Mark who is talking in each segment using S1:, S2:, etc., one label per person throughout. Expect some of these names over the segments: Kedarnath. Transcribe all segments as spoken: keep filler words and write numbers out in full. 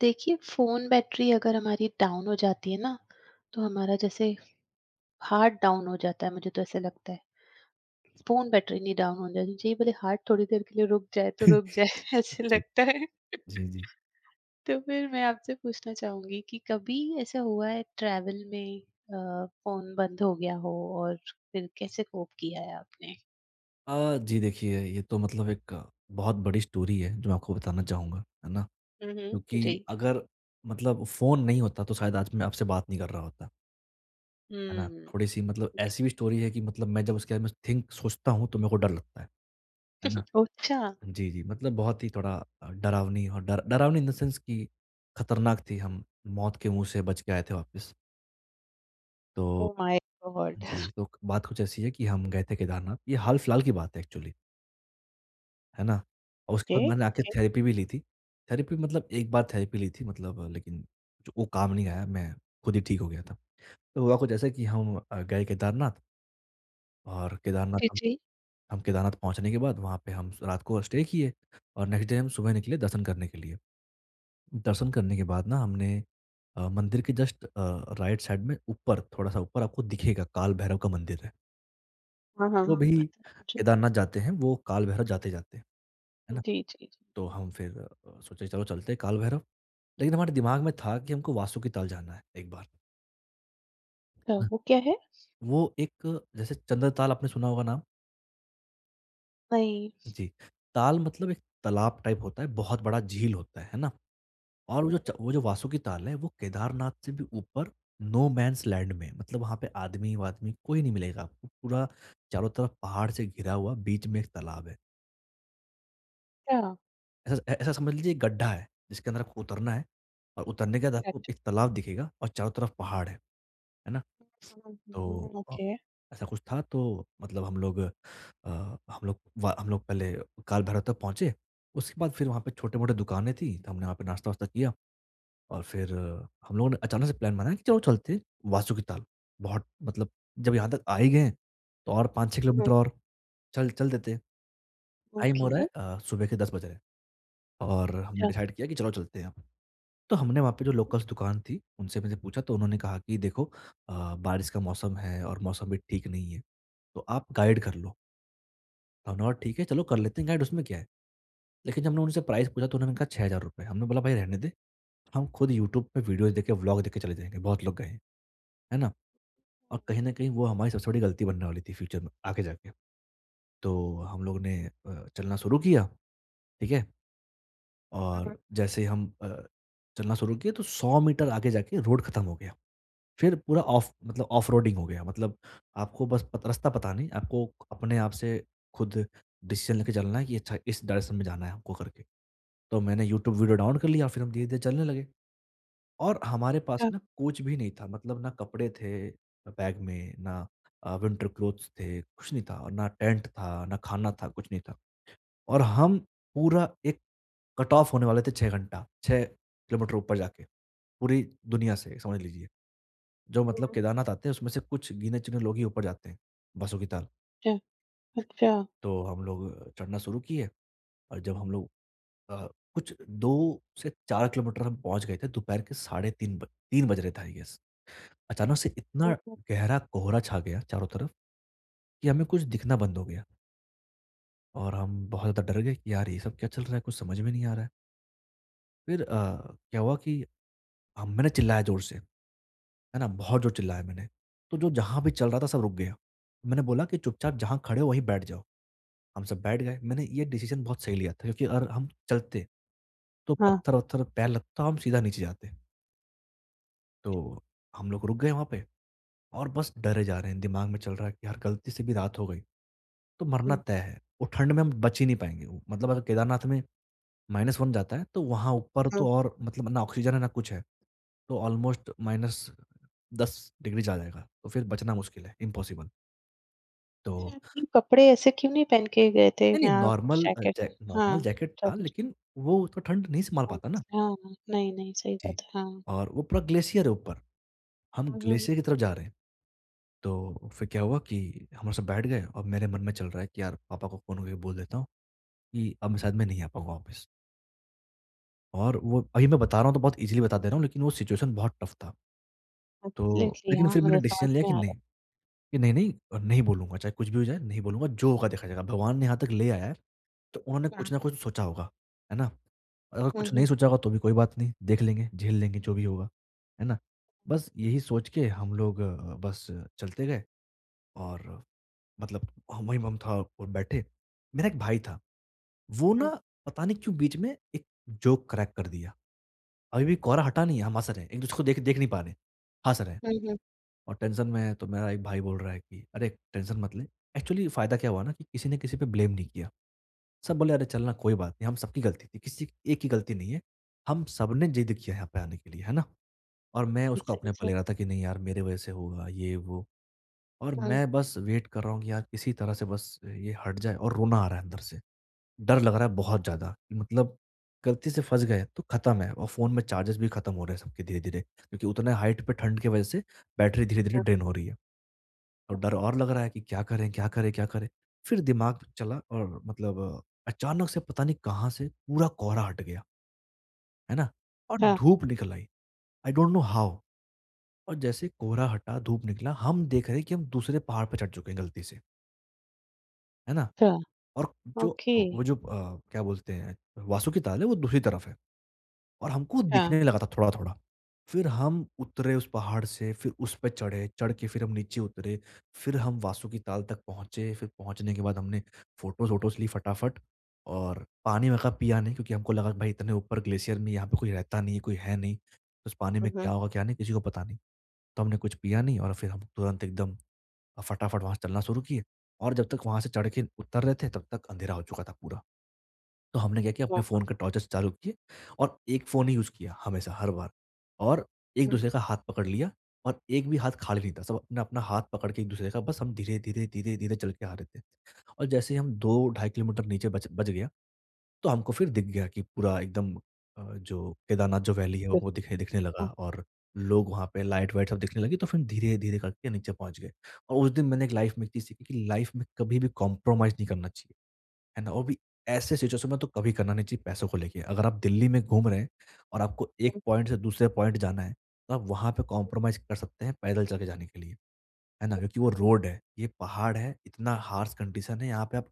S1: देखिए, phone battery अगर हमारी डाउन हो जाती है ना, तो हमारा जैसे हार्ट डाउन हो जाता है, मुझे तो ऐसा लगता है। फ़ोन बैटरी नहीं डाउन होने देनी चाहिए, भले हार्ट थोड़ी देर के लिए रुक जाए तो रुक जाए, ऐसे
S2: जी,
S1: लगता है।
S2: जी, जी।
S1: तो फिर मैं आपसे पूछना चाहूँगी कि कभी ऐसा हुआ है ट्रैवल में अ, फ़ोन बंद हो गया हो और फिर कैसे कोप किया है आपने?
S2: अ, जी देखिए, ये तो मतलब एक आ, बहुत बड़ी स्टोरी है जो मैं आपको बताना चाहूँगा, है ना?
S1: हुँ, हुँ।
S2: क्योंकि
S1: जी।
S2: अगर मतलब फ़ोन नहीं होता तो शायद आज मैं आपसे बात नहीं कर रहा होता, है ना?
S1: हुँ।
S2: थोड़ी-सी मतलब
S1: जी।
S2: ऐसी भी स्टोरी है कि मतलब मैं जब उसके बारे में थिंक सोचता हूँ तो मेरे को डर लगता है, है ना?
S1: अच्छा!
S2: जी, जी, मतलब बहुत ही थोड़ा अ, डरावनी और डर डरावनी इन द सेंस कि खतरनाक थी हम, मौत के मुँह से बच के आए थे वापस। तो
S1: ओह माय गॉड!
S2: जी, तो बात कुछ ऐसी है कि हम गए थे केदारनाथ, ये हाल-फिलहाल की बात है एक्चुअली। है ना? और उसके
S1: ओके,
S2: बाद मैंने आके
S1: ओके।
S2: थेरेपी भी ली थी। थेरेपी मतलब एक बार थेरेपी ली थी मतलब लेकिन जो वो काम नहीं आया, मैं खुद ही ठीक हो गया था। तो हुआ कुछ ऐसा कि हम अ, गए केदारनाथ और केदारनाथ
S1: जी,
S2: हम
S1: जी।
S2: हम केदारनाथ पहुँचने के बाद वहाँ पे हम स रात को स्टे किए और नेक्स्ट डे हम सुबह निकले दर्शन करने के लिए। दर्शन करने के बाद ना हमने अ, मंदिर के जस्ट अ, राइट साइड में ऊपर थोड़ा-सा ऊपर आपको दिखेगा काल भैरव का मंदिर है।
S1: हाँ, हाँ,
S2: जो
S1: हाँ,
S2: भी
S1: पता है मुझे।
S2: केदारनाथ जाते हैं, वो काल भैरव जाते-जाते हैं। है ना?
S1: जी, जी, जी।
S2: तो हम फिर अ, सोचे चलो चलते हैं काल भैरव। लेकिन हमारे दिमाग में था कि हमको वासुकी ताल जाना है एक बार।
S1: तो
S2: हुँ।
S1: वो क्या है?
S2: वो एक जैसे चंद्र ताल आपने सुना होगा नाम?
S1: नहीं।
S2: जी। ताल मतलब एक तालाब टाइप होता है, बहुत बड़ा झील होता है, है ना? और वो जो च वो जो वासुकी ताल है, वो केदारनाथ से भी ऊपर नो मैन्स लैंड में मतलब वहाँ पे आदमी-वादमी कोई नहीं मिलेगा आपको। पूरा चारों तरफ पहाड़ से घिरा हुआ बीच में एक तालाब है।
S1: अच्छा,
S2: ऐसा ऐ ऐसा समझ लीजिए एक गड्ढा है, जिसके अंदर आपको उतरना है और उतरने के बाद आपको
S1: अच्छा।
S2: एक तालाब दिखेगा और चारों तरफ पहाड़ है। है ना?
S1: हम्म, हम्म,
S2: तो
S1: हम्म,
S2: अ,
S1: ओके।
S2: ऐसा कुछ था तो मतलब हम लोग अ, हम लोग व हम लोग पहले काल भैरव तक पहुँचे, उसके बाद फिर वहाँ पे छोटे-मोटे दुकानें थीं, तो हमने वहाँ पे नाश्ता-वाश्ता किया और फिर अ, हम लोगों ने अचानक से प्लान बनाया कि चलो चलते हैं वासु की ताल। बहुत मतलब जब यहाँ तक आ ही गए हैं, तो और पाँच छह
S1: हम्म,
S2: किलोमीटर और चल चल देते हैं। टाइम हो
S1: ओके।
S2: रहा है अ, सुबह के दस बज रहे हैं। और हमने
S1: अच्छा,
S2: डिसाइड किया कि चलो चलते हैं। तो हमने वहाँ पे जो लोकल्स दुकान थी, उनसे मैंने पूछा तो उन्होंने कहा कि देखो अ, बारिश का मौसम है और मौसम भी ठीक नहीं है, तो आप गाइड कर लो। तो हमने बोला ठीक है चलो कर लेते हैं गाइड उसमें क्या है। लेकिन जब हमने उनसे प्राइस पूछा तो उन्होंने कहा ₹छह हज़ार रुपए। हमने बोला भाई रहने दे, हम खुद यूट्यूब पे वीडियोज़ देख के व्लॉग देख के चले जाएँगे, बहुत लोग गए हैं। है ना? और कहीं न कहीं वो हमारी सबसे बड़ी गलती बनने वाली थी फ्यूचर में आगे जाके। तो हम लोग ने अ, चलना शुरू किया, ठीक है? और जैसे ही हम अ, चलना शुरू किए तो सौ मीटर आगे जाके रोड खत्म हो गया। फिर पूरा ऑफ मतलब ऑफ-रोडिंग हो गया मतलब आपको बस पत रास्ता पता नहीं, आपको अपने आप से खुद डिसीजन लेके चलना है कि अच्छा इस डायरेक्शन में जाना है हमको करके। तो मैंने यूट्यूब वीडियो डाउन कर लिया फिर हम धीरे-धीरे चलने लगे और हमारे पास
S1: अच्छा।
S2: ना कुछ भी नहीं था मतलब ना कपड़े थे बैग में, ना अ, विंटर क्लोथ्स थे, कुछ नहीं था और ना टेंट था, ना खाना था, कुछ नहीं था। और हम पूरा एक कट ऑफ होने वाले थे छह घंटा, छह किलोमीटर ऊपर जाके, पूरी दुनिया से समझ लीजिए। जो मतलब
S1: हम्म,
S2: केदारनाथ आते हैं उसमें से कुछ गिने-चुने लोग ही ऊपर जाते हैं, बसों की ताल।
S1: अच्छा, अच्छा।
S2: तो हम लोग चढ़ना शुरू किए और जब हम लोग अ, कुछ दो से चार किलोमीटर हम पहुँच गए थे दोपहर के साढ़े तीन ब तीन बज रहे थे आई गेस। अचानक से इतना
S1: हम्म, हम्म,
S2: गहरा कोहरा छा गया चारों तरफ, कि हमें कुछ दिखना बंद हो गया और हम बहुत ज़्यादा डर गए कि यार ये सब क्या चल रहा है, कुछ समझ में नहीं आ रहा है। फिर अ, क्या हुआ कि हम मैंने चिल्लाया ज़ोर से है ना? बहुत जोर चिल्लाया मैंने। तो जो जहाँ भी चल रहा था सब रुक गया। मैंने बोला कि चुपचाप जहाँ खड़े हो वहीं बैठ जाओ। हम सब बैठ गए। मैंने ये डिसीज़न बहुत सही लिया था क्योंकि अगर हम चलते तो
S1: हाँ।
S2: पत्थर-वत्थर पैर लगता हम सीधा नीचे जाते। तो हम लोग रुक गए वहाँ पे और बस डरे जा रहे हैं। दिमाग में चल रहा है कि यार गलती से भी रात हो गई, तो मरना
S1: हम्म,
S2: तय है। वो ठंड में हम बच ही नहीं पाएँगे। मतलब अगर केदारनाथ में माइनस वन जाता है, तो वहाँ ऊपर तो
S1: हाँ।
S2: और मतलब ना ऑक्सीजन है ना कुछ है। तो ऑलमोस्ट माइनस दस डिग्री जा जाएगा, तो फिर बचना मुश्किल है, इम्पॉसिबल।
S1: फिर
S2: तो
S1: आपके कपड़े ऐसे क्यों नहीं पहन के गए थे?
S2: नहीं,
S1: मैं
S2: नहीं
S1: आप कुछ
S2: नॉर्मल अ,
S1: जैकेट?
S2: जै
S1: हाँ,
S2: नॉर्मल जैकेट
S1: अच्छा
S2: था
S1: कुछ।
S2: लेकिन वो तो ठंड नहीं सँभाल
S1: हाँ,
S2: पाता ना।
S1: हाँ। नहीं, नहीं, सही
S2: जी,
S1: बात है, हाँ।
S2: और वो पूरा ग्लेशियर है ऊपर, हम ग्लेशियर की तरफ जा रहे हैं। तो फिर क्या हुआ कि हम सब बैठ गए और मेरे मन में चल रहा है कि यार पापा को फ़ोन करके बोल देता हूँ कि अब मैं शायद मैं नहीं आ पाऊँगा वापस। और वो अभी मैं बता रहा हूँ तो बहुत ईज़िली बता दे रहा हूँ लेकिन वो सिचुएशन बहुत टफ़ था। तो
S1: एब्सोल्युटली
S2: लेकिन
S1: हाँ,
S2: फिर मैंने
S1: मुझे समझ
S2: डिसीजन लिया कि
S1: में आ
S2: नहीं, कि नहीं-नहीं अ, नहीं बोलूँगा, चाहे कुछ भी हो जाए, नहीं बोलूँगा, जो होगा देखा जाएगा। भगवान ने यहाँ तक ले आया है, तो उन्होंने
S1: रहा है।
S2: कुछ ना कुछ तो सोचा होगा, है ना? अगर
S1: हुँ,
S2: कुछ नहीं
S1: हुँ,
S2: सोचा होगा तो भी कोई बात नहीं, देख लेंगे, झेल लेंगे जो भी होगा, है ना? बस
S1: हुँ,
S2: यही सोच के हम लोग अ, बस चलते गए और मतलब हम वहीं हम था और बैठे। मेरा एक भाई था, वो ना पता नहीं क्यों बीच में एक जोक क्रैक कर दिया। अभी भी कोहरा हटा नहीं है, हम हँस रहे हैं, एक-दूसरे को देख देख नहीं पा रहे, हँस रहे हैं।
S1: हुँ, हुँ,
S2: और टेंशन में है, तो मेरा एक भाई बोल रहा है कि अरे टेंशन मत ले। एक्चुअली फ़ायदा क्या हुआ ना कि किसी ने किसी पे ब्लेम नहीं किया। सब बोले अरे चल ना कोई बात नहीं, हम सबकी गलती थी, किसी की- एक की गलती नहीं है। हम सबने जिद किया यहाँ पे आने के लिए, है ना? और मैं
S1: हुँ,
S2: उसको
S1: सही,
S2: अपने पे
S1: सही।
S2: ले रहा था कि नहीं यार मेरे वजह से होगा ये वो और
S1: हम्म।
S2: मैं बस वेट कर रहा हूँ कि यार किसी तरह से बस ये हट जाए और रोना आ रहा है अंदर से। डर लग रहा है बहुत ज़्यादा मतलब गलती से फँस गए तो ख़त्म है और फ़ोन में चार्जेस भी ख़त्म हो रहे हैं सबके धीरे-धीरे क्योंकि उतने हाइट पे ठंड की वजह से बैटरी धीरे-धीरे
S1: हाँ,
S2: ड्रेन हो रही है। और डर और लग रहा है कि क्या करें, क्या करें, क्या करें? फिर दिमाग चला और मतलब अ, अचानक से पता नहीं कहाँ से पूरा कोहरा हट गया, है ना? और
S1: अच्छा,
S2: धूप निकल आई, आई डोंट नो हाउ। और जैसे कोहरा हटा, धूप निकला, हम देख रहे हैं कि हम दूसरे पहाड़ पे चढ़ चुके हैं गलती से, है ना?
S1: अच्छा,
S2: और जो
S1: ओके,
S2: वो जो अ, क्या बोलते हैं, वासु की ताल है, वो दूसरी तरफ है। और हमको दिखने लगा था थोड़ा-थोड़ा। फिर हम उतरे उस पहाड़ से, फिर उस पे चढ़े, चढ़ के फिर हम नीचे उतरे, फिर हम वासुकी ताल तक पहुँचे, फिर पहुँचने के बाद हमने फ़ोटोज़-वोटोज़ ली फटाफट और पानी वहाँ का पिया नहीं क्योंकि हमको लगा कि भाई इतने ऊपर ग्लेशियर में यहाँ पे कोई रहता नहीं है, कोई है नहीं। तो उस पानी में
S1: अच्छा।
S2: क्या होगा, क्या नहीं किसी को पता नहीं। तो हमने कुछ पिया नहीं और फिर हम तुरंत एकदम अ, फटाफट वहाँ से चलना शुरू किए और जब तक वहाँ से चढ़ के उतर रहे थे तब तक अंधेरा हो चुका था पूरा। तो हमने क्या किया अपने फ़ोन के टॉर्चेस चालू किए और एक फ़ोन ही यूज़ किया हमेशा हर बार और एक-दूसरे का हाथ पकड़ लिया और एक भी हाथ खाली नहीं था। सब अपना-अपना हाथ पकड़ के एक-दूसरे का बस हम धीरे-धीरे, धीरे-धीरे चल के आ रहे थे और जैसे ही हम दो से ढाई किलोमीटर नीचे बच बच गया तो हमको फिर दिख गया कि पूरा एकदम अ, जो केदारनाथ जो वैली है वो दिखने दिखने लगा और लोग वहाँ पे लाइट वाइट सब दिखने लगी तो फिर धीरे-धीरे करके नीचे पहुँच गए और उस दिन मैंने एक लाइफ़ में एक चीज़ सीखी कि लाइफ़ में कभी भी कॉम्प्रोमाइज़ नहीं करना चाहिए। है ना? और भी ऐसे सिचुएशन में तो कभी करना नहीं चाहिए पैसों को लेके। अगर आप दिल्ली में घूम रहे हैं और आपको एक पॉइंट से दूसरे पॉइंट जाना है, तो आप वहाँ पे कॉम्प्रोमाइज़ कर सकते हैं पैदल चल के जाने के लिए, है ना? क्योंकि वो
S1: हम्म।
S2: रोड है, ये पहाड़ है, इतना हार्श कंडीशन है, यहाँ पे आप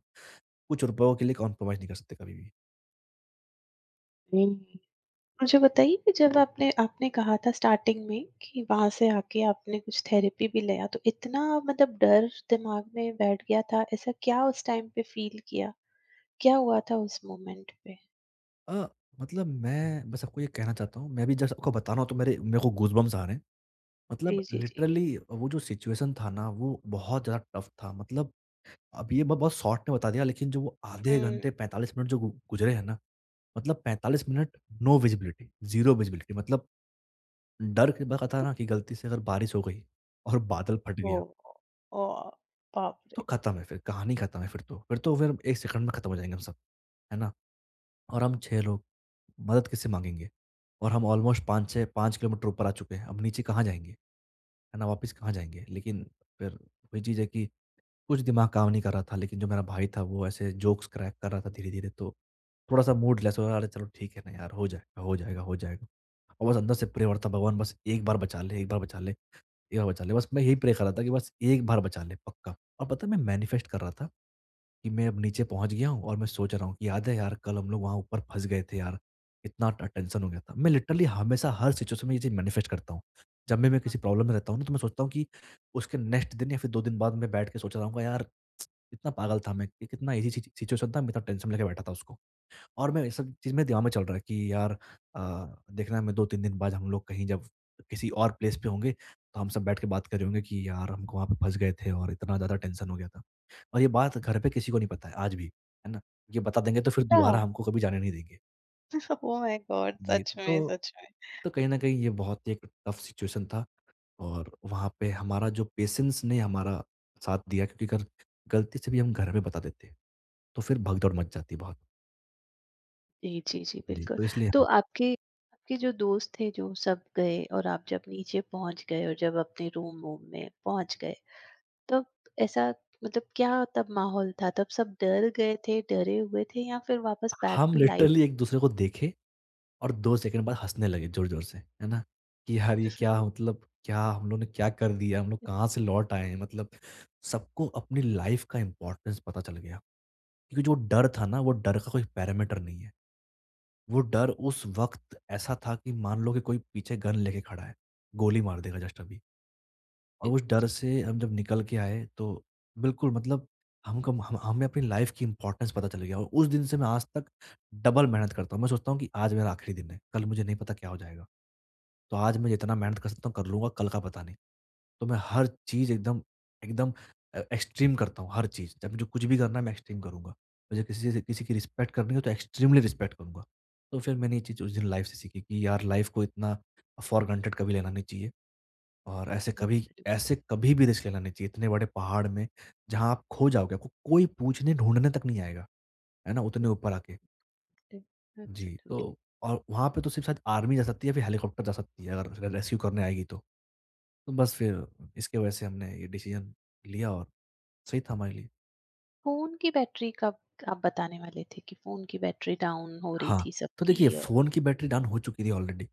S2: कुछ रुपयों के लिए कॉम्प्रोमाइज़ नहीं कर सकते कभी भी।
S1: मुझे बताइए कि जब आपने आपने कहा था स्टार्टिंग में कि वहाँ से आके आपने कुछ थेरेपी भी लिया तो इतना मतलब डर दिमाग में बैठ गया था, ऐसा क्या उस टाइम पे फ़ील किया? क्या हुआ था उस मोमेंट पे?
S2: अ, मतलब मैं बस आपको ये कहना चाहता हूँ, मैं भी जस्ट आपको बता रहा हूँ तो मेरे मेरे को गूज़बम्प्स आ रहे हैं। मतलब
S1: जी, जी, जी।
S2: लिटरली वो जो सिचुएशन था ना, वो बहुत ज़्यादा टफ़ था। मतलब अब ये मैं बहुत शॉर्ट में बता दिया, लेकिन जो वो आधे
S1: हुँ,
S2: घंटे पैंतालीस मिनट जो गु गुज़रे हैं ना, मतलब पैंतालीस minute no visibility, zero visibility. मतलब डर के बस था
S1: अरे!
S2: ना कि गलती से अगर बारिश हो गई और बादल फट गया,
S1: ओह! ओह! बाप
S2: तो
S1: रे!
S2: खत्म है फिर, कहानी खत्म है फिर तो। फिर तो फिर एक सेकंड में खत्म हो जाएँगे हम सब, है ना? और हम छह लोग, मदद किससे माँगेंगे? और हम ऑलमोस्ट पाँच से पाँच किलोमीटर ऊपर आ चुके हैं, अब नीचे कहाँ जाएँगे? है ना? वापस कहाँ जाएँगे? लेकिन फिर वही चीज़ है कि कुछ दिमाग काम नहीं कर रहा था, लेकिन जो मेरा भाई था वो ऐसे जोक्स क्रैक कर रहा था धीरे-धीरे, तो थोड़ा-सा मूड लेस हो रहा था। अरे चलो ठीक है ना यार, हो जाएगा, हो जाएगा, हो जाएगा। और बस अंदर से प्रे हो रहा था, भगवान बस एक बार बचा ले, एक बार बचा ले, एक बार बचा ले, बस मैं यही प्रे कर रहा था कि बस एक बार बचा ले पक्का। और पता है मैं मैनिफेस्ट कर रहा था कि मैं अब नीचे पहुँच गया हूँ और मैं सोच रहा हूँ कि याद है यार कल हम लोग वहाँ ऊपर फँस गए थे यार, कितना ट टेंशन हो गया था। मैं लिटरली हमेशा हर सिचुएशन में ये चीज़ मैनिफेस्ट करता हूँ। जब भी मैं किसी प्रॉब्लम में रहता हूँ ना, तो मैं सोचता हूँ कि उसके नेक्स्ट दिन या फिर दो दिन बाद मैं बैठ के सोच रहा हूँगा यार, कितना पागल था मैं, कि कितना ईज़ी सिच सिचुएशन था, मैं इतना टेंशन लेके बैठा था उसको। और मैं ये सब चीज़ मेरे दिमाग में चल रहा है कि यार, अ, देखना मैं दो तीन दिन बाद हम लोग कहीं जब किसी और प्लेस पे होंगे तो हम सब बैठ के बात कर रहे होंगे कि यार हम वहाँ पे फँस गए थे और इतना ज़्यादा टेंशन हो गया था। और ये बात घर पे किसी को नहीं पता है आज भी, है ना? ये बता देंगे तो फिर
S1: क्या?
S2: दोबारा हमको कभी जाने नहीं देंगे।
S1: Oh my God!
S2: जी,
S1: सच में,
S2: तो
S1: सच में।
S2: तो कहीं न कहीं ये बहुत ही एक टफ सिचुएशन था और वहाँ पे हमारा जो पेशेंस ने हमारा साथ दिया, क्योंकि अगर गलती से भी हम घर में बता देते, तो फिर भगदौड़ मच जाती बहुत।
S1: जी, जी, जी,
S2: जी,
S1: बिल्कुल।
S2: तो इसलिए
S1: तो
S2: हम।
S1: आपके आपके जो दोस्त थे जो सब गए और आप जब नीचे पहुँच गए और जब अपने रूम वूम में पहुँच गए तब ऐसा मतलब क्या तब माहौल था? तब सब डर गए थे, डरे हुए थे या फिर वापस बैक
S2: हम
S1: टू लाइफ?
S2: लिटरली एक-दूसरे को देखे और दो सेकंड बाद हँसने लगे ज़ोर-ज़ोर से, है ना? कि यार ये क्या,
S1: एब्सोल्युटली।
S2: मतलब क्या हम लोग ने क्या कर दिया? हम लोग कहाँ से लौट आए हैं? मतलब सबको अपनी लाइफ़ का इम्पोर्टेंस पता चल गया। क्योंकि जो डर था ना, वो डर का कोई पैरामीटर नहीं है। वो डर उस वक़्त ऐसा था कि मान लो कि कोई पीछे गन लेके खड़ा है, गोली मार देगा जस्ट अभी। और उस डर से हम जब निकल के आए, तो बिल्कुल, मतलब हमको हम हमें अपनी लाइफ़ की इम्पोर्टेंस पता चल गया और उस दिन से मैं आज तक डबल मेहनत करता हूँ। मैं सोचता हूँ कि आज मेरा आखिरी दिन है, कल मुझे नहीं पता क्या हो जाएगा। तो आज मैं जितना मेहनत कर सकता हूँ कर लूँगा, कल का पता नहीं। तो मैं हर चीज़ एकदम एकदम अ, एक्सट्रीम करता हूँ हर चीज़। जब मुझे कुछ भी करना है, मैं एक्सट्रीम करूँगा। मुझे किसी से किसी की रिस्पेक्ट करनी हो तो एक्सट्रीमली रिस्पेक्ट करूँगा। तो फिर मैंने ये चीज़ उस दिन लाइफ़ से सीखी कि यार लाइफ़ को इतना फॉर ग्रांटेड कभी लेना नहीं चाहिए और ऐसे कभी ऐसे कभी भी रिस्क लेना नहीं चाहिए इतने बड़े पहाड़ में जहाँ आप खो जाओगे, आपको कोई पूछने ढूँढने तक नहीं आएगा, है ना? उतने ऊपर आके। जी,
S1: एब्सोल्युटली।
S2: तो और वहाँ पे तो सिर्फ़ शायद आर्मी जा सकती है या फिर हेलीकॉप्टर जा सकती है अगर र रेस्क्यू करने आएगी तो। तो बस फिर इसकी वजह से हमने ये डिसीजन लिया और सही था हमारे लिए।
S1: फ़ोन की बैटरी कब? आप बताने वाले थे कि फ़ोन की बैटरी डाउन हो रही
S2: हाँ,
S1: थी
S2: तो
S1: सबकी
S2: देखिए
S1: अ
S2: फ़ोन की बैटरी डाउन हो चुकी थी ऑलरेडी।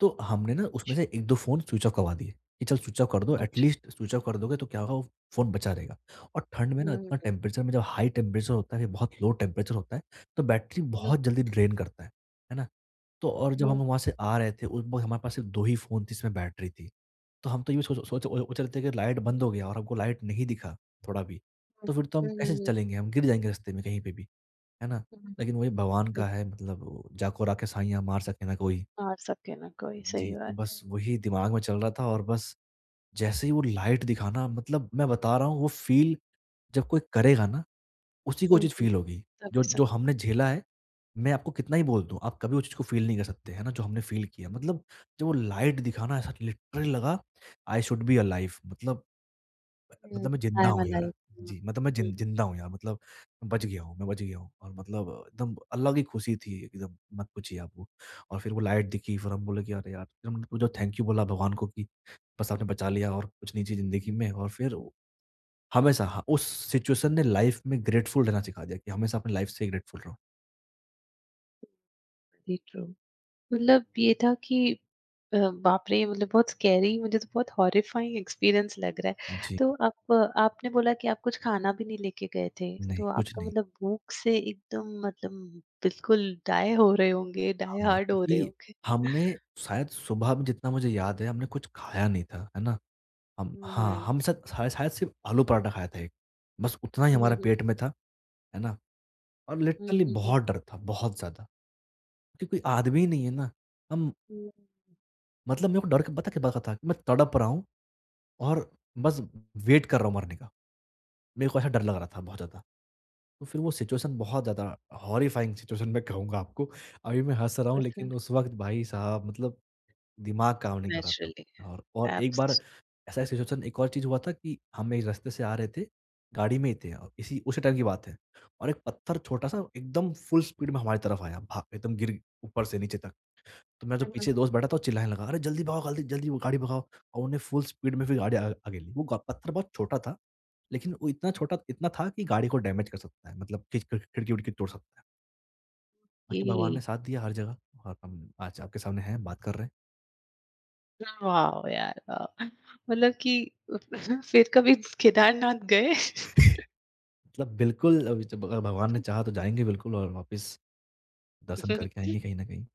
S2: तो हमने ना उसमें
S1: अच्छा।
S2: से एक दो फ़ोन स्विच ऑफ करवा दिए, कि चल स्विच ऑफ कर दो,
S1: अच्छा।
S2: एटलीस्ट स्विच ऑफ कर दोगे तो क्या होगा, वो फ़ोन बचा रहेगा। और ठंड में ना
S1: हुँ,
S2: इतना
S1: हुँ,
S2: टेम्परेचर में, जब हाई टेम्परेचर होता है, बहुत लो टेम्परेचर होता है, तो बैटरी
S1: हुँ,
S2: बहुत जल्दी ड्रेन करता है, है ना? तो और जब हम
S1: हुँ,
S2: वहाँ से आ रहे थे उस वक़्त हमारे पास सिर्फ़ दो ही फ़ोन थे जिसमें बैटरी थी। तो हम तो ये भी सोच सोच सोच रहे थे कि लाइट बंद हो गया और हमको लाइट नहीं दिखा थोड़ा भी, तो फिर तो हम
S1: हुँ,
S2: कैसे
S1: हुँ,
S2: चलेंगे? हम गिर जाएँगे रास्ते में कहीं पे भी, है ना?
S1: हुँ।
S2: लेकिन वही भगवान का है, मतलब वो जाको राखे साइयाँ मार सके ना कोई।
S1: मार सके ना कोई, सही
S2: जी, तो
S1: बात
S2: बस
S1: है।
S2: वही दिमाग में चल रहा था और बस जैसे ही वो लाइट दिखा ना, मतलब मैं बता रहा हूँ वो फ़ील जब कोई करेगा ना, उसी को वो
S1: हुँ,
S2: चीज़
S1: हुँ,
S2: फ़ील होगी।
S1: तब
S2: जो
S1: ऐसा।
S2: जो हमने झेला है, मैं आपको कितना ही बोल दूँ, आप कभी वो चीज़ को फ़ील नहीं कर सकते, है ना? जो हमने फ़ील किया, मतलब जब वो लाइट दिखा ना, ऐसा लिटरली लगा आई शुड बी अलाइव, मतलब
S1: हुँ,
S2: मतलब मैं
S1: आई
S2: ज़िंदा
S1: एम
S2: हूँ यार।
S1: अलाइव। हुँ,
S2: जी, मतलब मैं
S1: हुँ।
S2: जिन ज़िंदा हूँ यार, मतलब बच गया हूँ, मैं बच गया हूँ और मतलब एकदम अलग ही खुशी थी एकदम, मत पूछिए आप वो। और फिर वो लाइट दिखी फिर हम बोले कि अरे यार! फिर हमने तो जो थैंक यू बोला भगवान को कि बस आपने बचा लिया और कुछ नहीं चाहिए ज़िंदगी में और फिर वो- हमेशा, हाँ, उस सिचुएशन ने लाइफ़ में ग्रेटफुल रहना सिखा दिया कि हमेशा अपनी लाइफ़ से ग्रेटफुल रहो।
S1: Very true. मतलब ये था कि अ, बाप रे! मतलब बहुत स्कैरी, मुझे तो बहुत हॉरिफाइंग एक्सपीरियंस लग रहा है।
S2: जी,
S1: तो आप आपने बोला कि आप कुछ खाना भी नहीं लेके गए थे,
S2: नहीं,
S1: तो
S2: कुछ
S1: आपका
S2: नहीं।
S1: मतलब भूख से एकदम मतलब बिल्कुल डाई हो रहे होंगे, डाई
S2: हाँ,
S1: हार्ड हो रहे
S2: क्योंकि
S1: होंगे।
S2: हमने शायद सुबह में जितना मुझे याद है हमने कुछ खाया नहीं था, है ना? हम,
S1: हुँ,
S2: हाँ,
S1: हुँ।
S2: हम शायद शायद शायद सिर्फ़ आलू पराठा खाया था एक, बस उतना ही
S1: हुँ, हुँ,
S2: हमारा
S1: हुँ।
S2: पेट में था, है ना? और
S1: हुँ,
S2: लिटरली
S1: हुँ, हुँ।
S2: बहुत डर था, बहुत ज़्यादा। क्योंकि कोई आदमी ही नहीं है ना, हम,
S1: हुँ,
S2: मतलब मेरे को डर के पता क्या लगा था कि मैं तड़प रहा हूँ और बस वेट कर रहा हूँ मरने का। मेरे को ऐसा डर लग रहा था बहुत ज़्यादा। तो फिर वो सिचुएशन बहुत ज़्यादा हॉरिफाइंग सिचुएशन, मैं कहूँगा आपको। अभी मैं हँस रहा हूँ
S1: बस।
S2: लेकिन उस वक़्त भाई साहब, मतलब दिमाग काम नहीं कर रहा था
S1: नेचुरली।
S2: और और एक बार
S1: एब्स।
S2: ऐसा सिचुएशन, एक और चीज़ हुआ था कि हम एक रास्ते से आ रहे थे, गाड़ी में ही थे और इसी उसी टाइम की बात है, और एक पत्थर छोटा-सा एकदम फुल स्पीड में हमारी तरफ आया, भा एकदम गिर ऊपर से नीचे तक। तो मेरा जो पीछे दोस्त बैठा था वो चिल्लाने लगा, "अरे जल्दी भगाओ, जल्दी जल्दी वो गाड़ी भगाओ।" और उन्होंने फुल स्पीड में फिर गाड़ी आ आगे ली। वो ग पत्थर बहुत छोटा था, लेकिन वो इतना छोटा इतना था कि गाड़ी को डैमेज कर सकता है, मतलब खिच खिड़की-विड़की तोड़ सकता है। बाकी भगवान ने
S1: ये।
S2: साथ दिया हर जगह और हम आज आपके सामने हैं, बात कर रहे हैं।
S1: वाओ! यार वाओ! मतलब कि फिर कभी केदारनाथ गए?
S2: मतलब बिल्कुल अभी, जब अगर भगवान ने चाहा तो जाएँगे बिल्कुल और वापस दर्शन करके आएँगे कहीं न कहीं।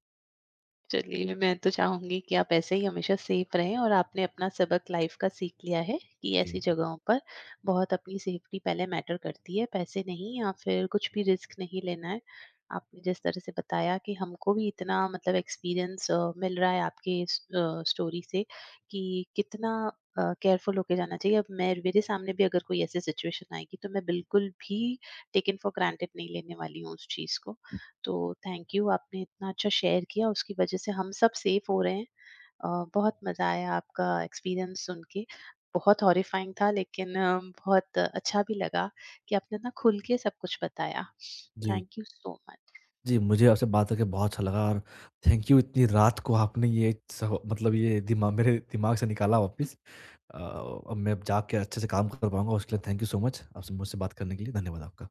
S1: चलिए, मैं तो चाहूँगी कि आप ऐसे ही हमेशा सेफ रहें और आपने अपना सबक लाइफ का सीख लिया है कि
S2: जी।
S1: ऐसी जगहों पर बहुत अपनी सेफ्टी पहले मैटर करती है, पैसे नहीं या फिर कुछ भी रिस्क नहीं लेना है। आपने जिस तरह से बताया कि हमको भी इतना मतलब एक्सपीरियंस अ, मिल रहा है आपके इस अ, स्टोरी से कि कितना अ, केयरफुल होके जाना चाहिए। अब मैं मेरे सामने भी अगर कोई ऐसी सिचुएशन आएगी, तो मैं बिल्कुल भी टेकन फॉर ग्रांटेड नहीं लेने वाली हूँ उस चीज़ को। तो थैंक यू, आपने इतना अच्छा शेयर किया, उसकी वजह से हम सब सेफ हो रहे हैं। अ, बहुत मज़ा आया आपका एक्सपीरियंस सुन के। बहुत हॉरिफाइंग था लेकिन अ, बहुत अच्छा भी लगा कि आपने ना खुल के सब कुछ बताया।
S2: जी।
S1: Thank you so much.
S2: जी, मुझे आपसे बात करके बहुत अच्छा लगा और थैंक यू इतनी रात को आपने ये सब, मतलब ये दिमा मेरे दिमाग से निकाला वापस। अ, अब मैं अब जाके अच्छे से काम कर पाऊँगा, उसके लिए थैंक यू सो मच। आपसे मुझसे बात करने के लिए धन्यवाद आपका।